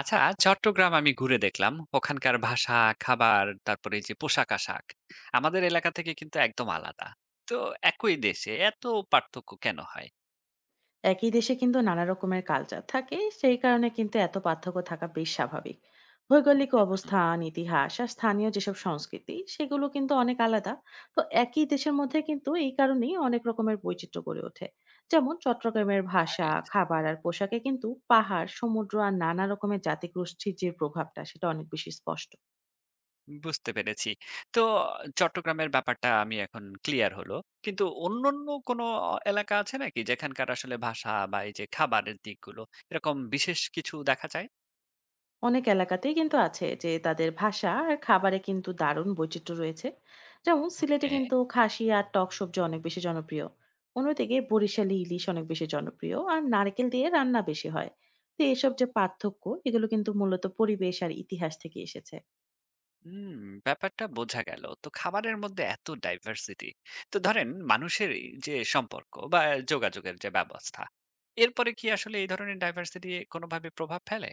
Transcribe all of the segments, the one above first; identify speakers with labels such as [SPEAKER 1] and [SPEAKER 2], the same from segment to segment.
[SPEAKER 1] আচ্ছা, চট্টগ্রাম আমি ঘুরে দেখলাম। ওখানকার ভাষা, খাবার, তারপরে এই যে পোশাক-আশাক আমাদের এলাকা থেকে কিন্তু একদম আলাদা। তো একই দেশে এত পার্থক্য কেন হয়?
[SPEAKER 2] একই দেশে কিন্তু নানা রকমের কালচার থাকে সেই কারণে কিন্তু এত পার্থক্য থাকা বেশ স্বাভাবিক। ভৌগোলিক
[SPEAKER 1] হুম।
[SPEAKER 2] অবস্থান, ইতিহাস আর স্থানীয় যেসব সংস্কৃতি সেগুলো কিন্তু অনেক আলাদা। তো একই দেশের মধ্যে কিন্তু এই কারণেই অনেক রকমের বৈচিত্র্য গড়ে ওঠে। যেমন চট্টগ্রামের ভাষা,
[SPEAKER 1] রাইট,
[SPEAKER 2] খাবার আর পোশাকে কিন্তু পাহাড়, সমুদ্র আর নানা রকমের জাতিগোষ্ঠীর যে প্রভাবটা সেটা অনেক বেশি স্পষ্ট।
[SPEAKER 1] বুঝতে পেরেছি। তো চট্টগ্রামের ব্যাপারটা আমি এখন ক্লিয়ার হলো। কিন্তু অন্যান্য কোনো এলাকা আছে নাকি যেখানকার আসলে ভাষা বা এই যে খাবারের দিকগুলো এরকম বিশেষ কিছু দেখা যায়?
[SPEAKER 2] অনেক এলাকাতেই কিন্তু আছে যে তাদের ভাষা আর খাবারে কিন্তু দারুণ বৈচিত্র্য রয়েছে। যেমন সিলেটে
[SPEAKER 1] ওকে।
[SPEAKER 2] কিন্তু খাসি আর টক সবজি অনেক বেশি জনপ্রিয়। অন্যদিকে বরিশালি ইলিশ অনেক বেশি জনপ্রিয় আর নারকেল দিয়ে রান্না বেশি হয়। তো এসব যে পার্থক্য এগুলো কিন্তু মূলত পরিবেশ আর ইতিহাস থেকে এসেছে।
[SPEAKER 1] হুম, ব্যাপারটা বোঝা গেল। তো খাবারের মধ্যে এত ডাইভার্সিটি। তো ধরেন মানুষের এই যে সম্পর্ক বা যোগাযোগের যে ব্যবস্থা, এরপরে কি আসলে এই ধরনের ডাইভার্সিটি কোনোভাবে প্রভাব ফেলে?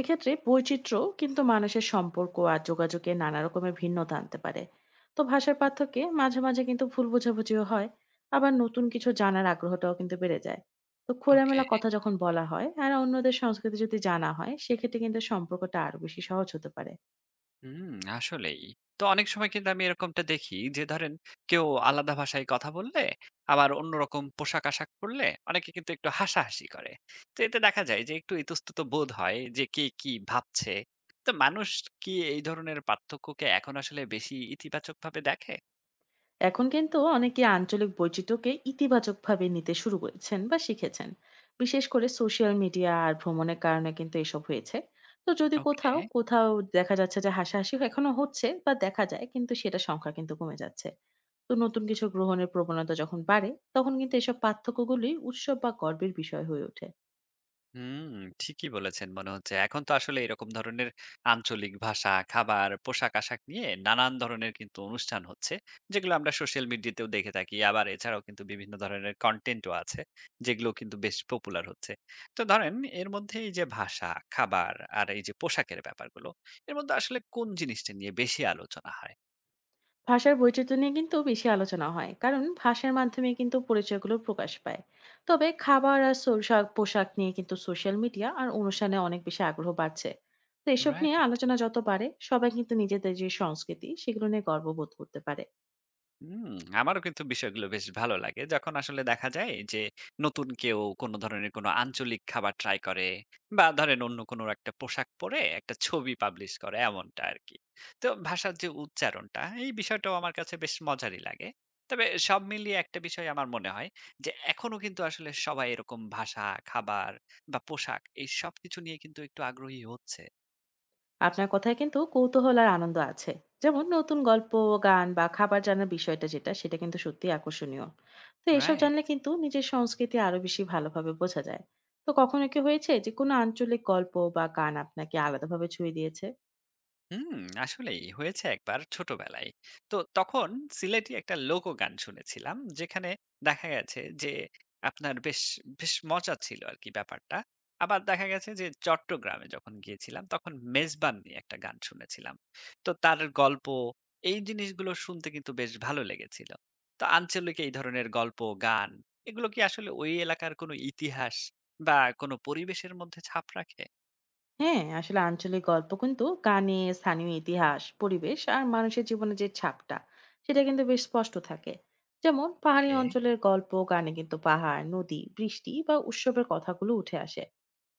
[SPEAKER 2] এক্ষেত্রে বৈচিত্র্য কিন্তু মানুষের সম্পর্ক আর যোগাযোগে নানা রকমের ভিন্নতা আনতে পারে। তো ভাষার পার্থক্যে মাঝে মাঝে কিন্তু ভুল বোঝাবুঝিও হয়। আবার নতুন কিছু জানার আগ্রহটাও কিন্তু বেড়ে যায়। তো
[SPEAKER 1] ওকে।
[SPEAKER 2] খোলামেলা কথা যখন বলা হয় আর অন্যদের সংস্কৃতি যদি জানা হয়, সেক্ষেত্রে কিন্তু সম্পর্কটা আরো বেশি সহজ হতে পারে।
[SPEAKER 1] হুম, আসলেই। তো অনেক সময় কিন্তু আমি এরকমটা দেখি যে ধরেন কেউ আলাদা ভাষায় কথা বললে, আবার অন্যরকম পোশাক-আশাক পরলে অনেকে কিন্তু একটু হাসাহাসি করে। তো এতে দেখা যায় যে একটু ইতস্তত বোধ হয় যে কে কি ভাবছে। তো মানুষ কি এই ধরনের পার্থক্যকে এখন আসলে বেশি ইতিবাচকভাবে দেখে?
[SPEAKER 2] এখন কিন্তু অনেকে আঞ্চলিক বৈচিত্র্যকে ইতিবাচকভাবে নিতে শুরু করেছেন বা শিখেছেন। বিশেষ করে সোশ্যাল মিডিয়া আর ভ্রমণের কারণে কিন্তু এসব হয়েছে। তো যদি
[SPEAKER 1] ওকে।
[SPEAKER 2] কোথাও কোথাও দেখা যাচ্ছে যে হাসাহাসি এখনো হচ্ছে বা দেখা যায়, কিন্তু সেটা সংখ্যা কিন্তু কমে যাচ্ছে। তো নতুন কিছু গ্রহণের প্রবণতা যখন বাড়ে তখন কিন্তু এসব পার্থক্যগুলি উৎসব বা গর্বের বিষয় হয়ে ওঠে।
[SPEAKER 1] হুম, ঠিকই বলেছেন মনে হচ্ছে। এখন তো আসলে এরকম ধরনের আঞ্চলিক ভাষা, খাবার, পোশাক-আশাক নিয়ে নানান ধরনের কিন্তু অনুষ্ঠান হচ্ছে। যেগুলো আমরা সোশ্যাল মিডিয়াতেও দেখে থাকি। আবার এছাড়াও কিন্তু বিভিন্ন ধরনের কনটেন্টও আছে। যেগুলো কিন্তু বেশ পপুলার হচ্ছে। তো ধরেন এর মধ্যে এই যে ভাষা, খাবার আর এই যে পোশাকের ব্যাপারগুলো, এর মধ্যে আসলে কোন জিনিসটা নিয়ে বেশি আলোচনা হয়?
[SPEAKER 2] ভাষার বৈচিত্র্য নিয়ে কিন্তু বেশি আলোচনা হয়, কারণ ভাষার মাধ্যমে কিন্তু পরিচয়গুলো প্রকাশ পায়। তবে খাবার আর সোশাক পোশাক নিয়ে কিন্তু সোশ্যাল মিডিয়া আর অনুষ্ঠানে অনেক বেশি আগ্রহ বাড়ছে। তো এসব নিয়ে
[SPEAKER 1] রাইট।
[SPEAKER 2] আলোচনা যত বাড়ে সবাই কিন্তু নিজেদের যে সংস্কৃতি সেগুলো নিয়ে গর্ববোধ করতে পারে।
[SPEAKER 1] হুম, আমারও কিন্তু বিষয়গুলো বেশ ভালো লাগে। যখন আসলে দেখা যায় যে নতুন কেউ কোন ধরনের কোন আঞ্চলিক খাবার ট্রাই করে বা ধরেন অন্য কোন একটা পোশাক পরে একটা ছবি পাবলিশ করে এমনটা আরকি। তো ভাষার যে উচ্চারণটা, এই বিষয়টাও আমার কাছে বেশ মজারই লাগে। তবে সব মিলিয়ে একটা বিষয় আমার মনে হয় যে এখনো কিন্তু আসলে সবাই এরকম ভাষা, খাবার বা পোশাক এই সবকিছু নিয়ে কিন্তু একটু আগ্রহী হচ্ছে।
[SPEAKER 2] আপনার কথায় কিন্তু কৌতূহল আর আনন্দ আছে। যেমন নতুন গল্প, গান বা খাবার জানার বিষয়টা, যেটা সেটা কিন্তু সত্যি আকর্ষণীয়। তো এসব
[SPEAKER 1] রাইট?
[SPEAKER 2] জানলে কিন্তু নিজের সংস্কৃতি আরো বেশি ভালোভাবে বোঝা যায়। তো কখনো কি হয়েছে যে কোনো আঞ্চলিক গল্প বা গান আপনাকে আলাদাভাবে ছুঁয়ে দিয়েছে?
[SPEAKER 1] হুম, আসলেই হয়েছে একবার ছোটবেলায়। তো তখন সিলেটি একটা লোকগান শুনেছিলাম, যেখানে দেখা গেছে যে আপনার বেশ মজা ছিল আরকি ব্যাপারটা। আবার দেখা গেছে যে চট্টগ্রামে যখন গিয়েছিলাম তখন মেজবান নিয়ে একটা গান শুনেছিলাম। তো তার গল্প, এই জিনিসগুলো শুনতে কিন্তু বেশ ভালো লেগেছিল। তো আঞ্চলিক এই ধরনের গল্প, গান এগুলো কি আসলে ওই এলাকার কোনো ইতিহাস বা কোনো পরিবেশের মধ্যে ছাপ রাখে?
[SPEAKER 2] হ্যাঁ, আসলে আঞ্চলিক গল্প কিন্তু গানে স্থানীয় ইতিহাস, পরিবেশ আর মানুষের জীবনে যে ছাপটা, সেটা কিন্তু বেশ স্পষ্ট থাকে। যেমন পাহাড়ি
[SPEAKER 1] ওকে।
[SPEAKER 2] অঞ্চলের গল্প গানে কিন্তু পাহাড়, নদী, বৃষ্টি বা উৎসবের কথাগুলো উঠে আসে।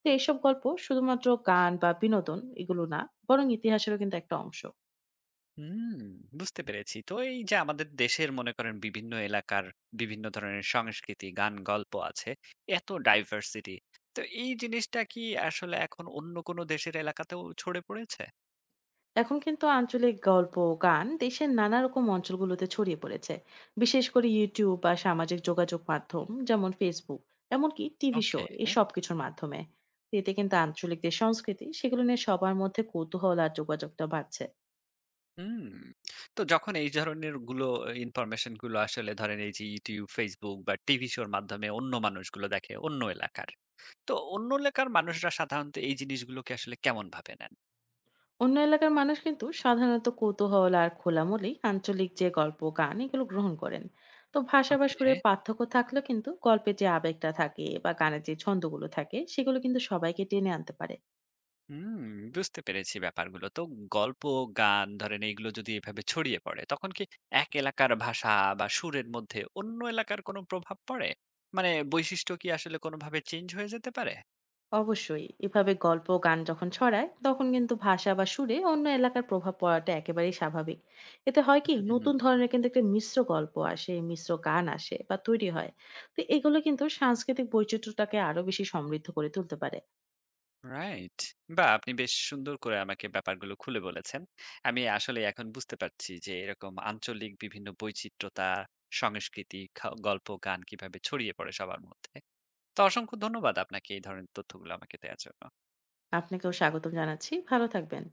[SPEAKER 2] তো এইসব গল্প শুধুমাত্র গান বা বিনোদন এগুলো না, বরং ইতিহাসেরও কিন্তু একটা অংশ।
[SPEAKER 1] হুম, বুঝতে পেরেছি। তো এই যে আমাদের দেশের, মনে করেন বিভিন্ন এলাকার বিভিন্ন ধরনের সংস্কৃতি, গান, গল্প আছে। এত ডাইভার্সিটি। তো এই জিনিসটা কি আসলে এখন অন্য কোনো দেশের এলাকাতেও ছড়ে পড়েছে?
[SPEAKER 2] এখন কিন্তু আঞ্চলিক গল্প, গান দেশের নানা রকম অঞ্চলগুলোতে ছড়িয়ে পড়েছে। বিশেষ করে ইউটিউব বা সামাজিক যোগাযোগ মাধ্যম যেমন ফেসবুক, এমনকি টিভি শো
[SPEAKER 1] ওকে।
[SPEAKER 2] এই সব কিছুর মাধ্যমে। তো এতে কিন্তু আঞ্চলিক যে সংস্কৃতি সেগুলো নিয়ে সবার মধ্যে কৌতূহল আর যোগাযোগটা বাড়ছে।
[SPEAKER 1] হুম। তো যখন এই ধরনের গুলো, ইনফরমেশন গুলো আসলে ধরেন এই যে YouTube, Facebook বা টিভি শোর মাধ্যমে অন্য মানুষগুলো দেখে অন্য এলাকার। তো অন্য এলাকার মানুষরা সাধারণত এই জিনিসগুলোকে আসলে কেমন ভাবে নেন?
[SPEAKER 2] অন্য এলাকার মানুষ কিন্তু সাধারণত কৌতূহল আর খোলা মনেই আঞ্চলিক যে গল্প গান এগুলো গ্রহণ করেন। তো ভাষা বা
[SPEAKER 1] ওকে।
[SPEAKER 2] সুরের পার্থক্য থাকলেও কিন্তু গল্পে যে আবেগটা থাকে বা গানের যে ছন্দগুলো থাকে সেগুলো কিন্তু সবাইকে টেনে আনতে পারে।
[SPEAKER 1] হুম, বুঝতে পেরেছি ব্যাপারগুলো। তো গল্প, গান ধরেন এইগুলো যদি এভাবে ছড়িয়ে পড়ে, তখন কি এক এলাকার ভাষা বা সুরের মধ্যে অন্য এলাকার কোনো প্রভাব পড়ে? মানে বৈশিষ্ট্য কি আসলে কোনোভাবে চেঞ্জ হয়ে যেতে পারে?
[SPEAKER 2] অবশ্যই, এভাবে গল্প গান যখন ছড়ায় তখন কিন্তু ভাষা বা সুরে অন্য এলাকার প্রভাব পড়াটা একেবারেই স্বাভাবিক। এতে হয় কি,
[SPEAKER 1] হুম,
[SPEAKER 2] নতুন ধরনের কিন্তু একটা মিশ্র গল্প আসে, মিশ্র গান আসে বা তৈরি হয়। তো এগুলো কিন্তু সাংস্কৃতিক বৈচিত্র্যটাকে আরো বেশি সমৃদ্ধ করে তুলতে পারে।
[SPEAKER 1] রাইট। বাহ! আপনি বেশ সুন্দর করে আমাকে ব্যাপারগুলো খুলে বলেছেন। আমি আসলে এখন বুঝতে পারছি যে এরকম আঞ্চলিক বিভিন্ন বৈচিত্র্যতা, সংস্কৃতি, খা গল্প, গান কিভাবে ছড়িয়ে পড়ে সবার মধ্যে। তো অসংখ্য ধন্যবাদ আপনাকে এই ধরনের তথ্যগুলো আমাকে দেয়ার জন্য।
[SPEAKER 2] আপনাকেও স্বাগতম জানাচ্ছি। ভালো থাকবেন।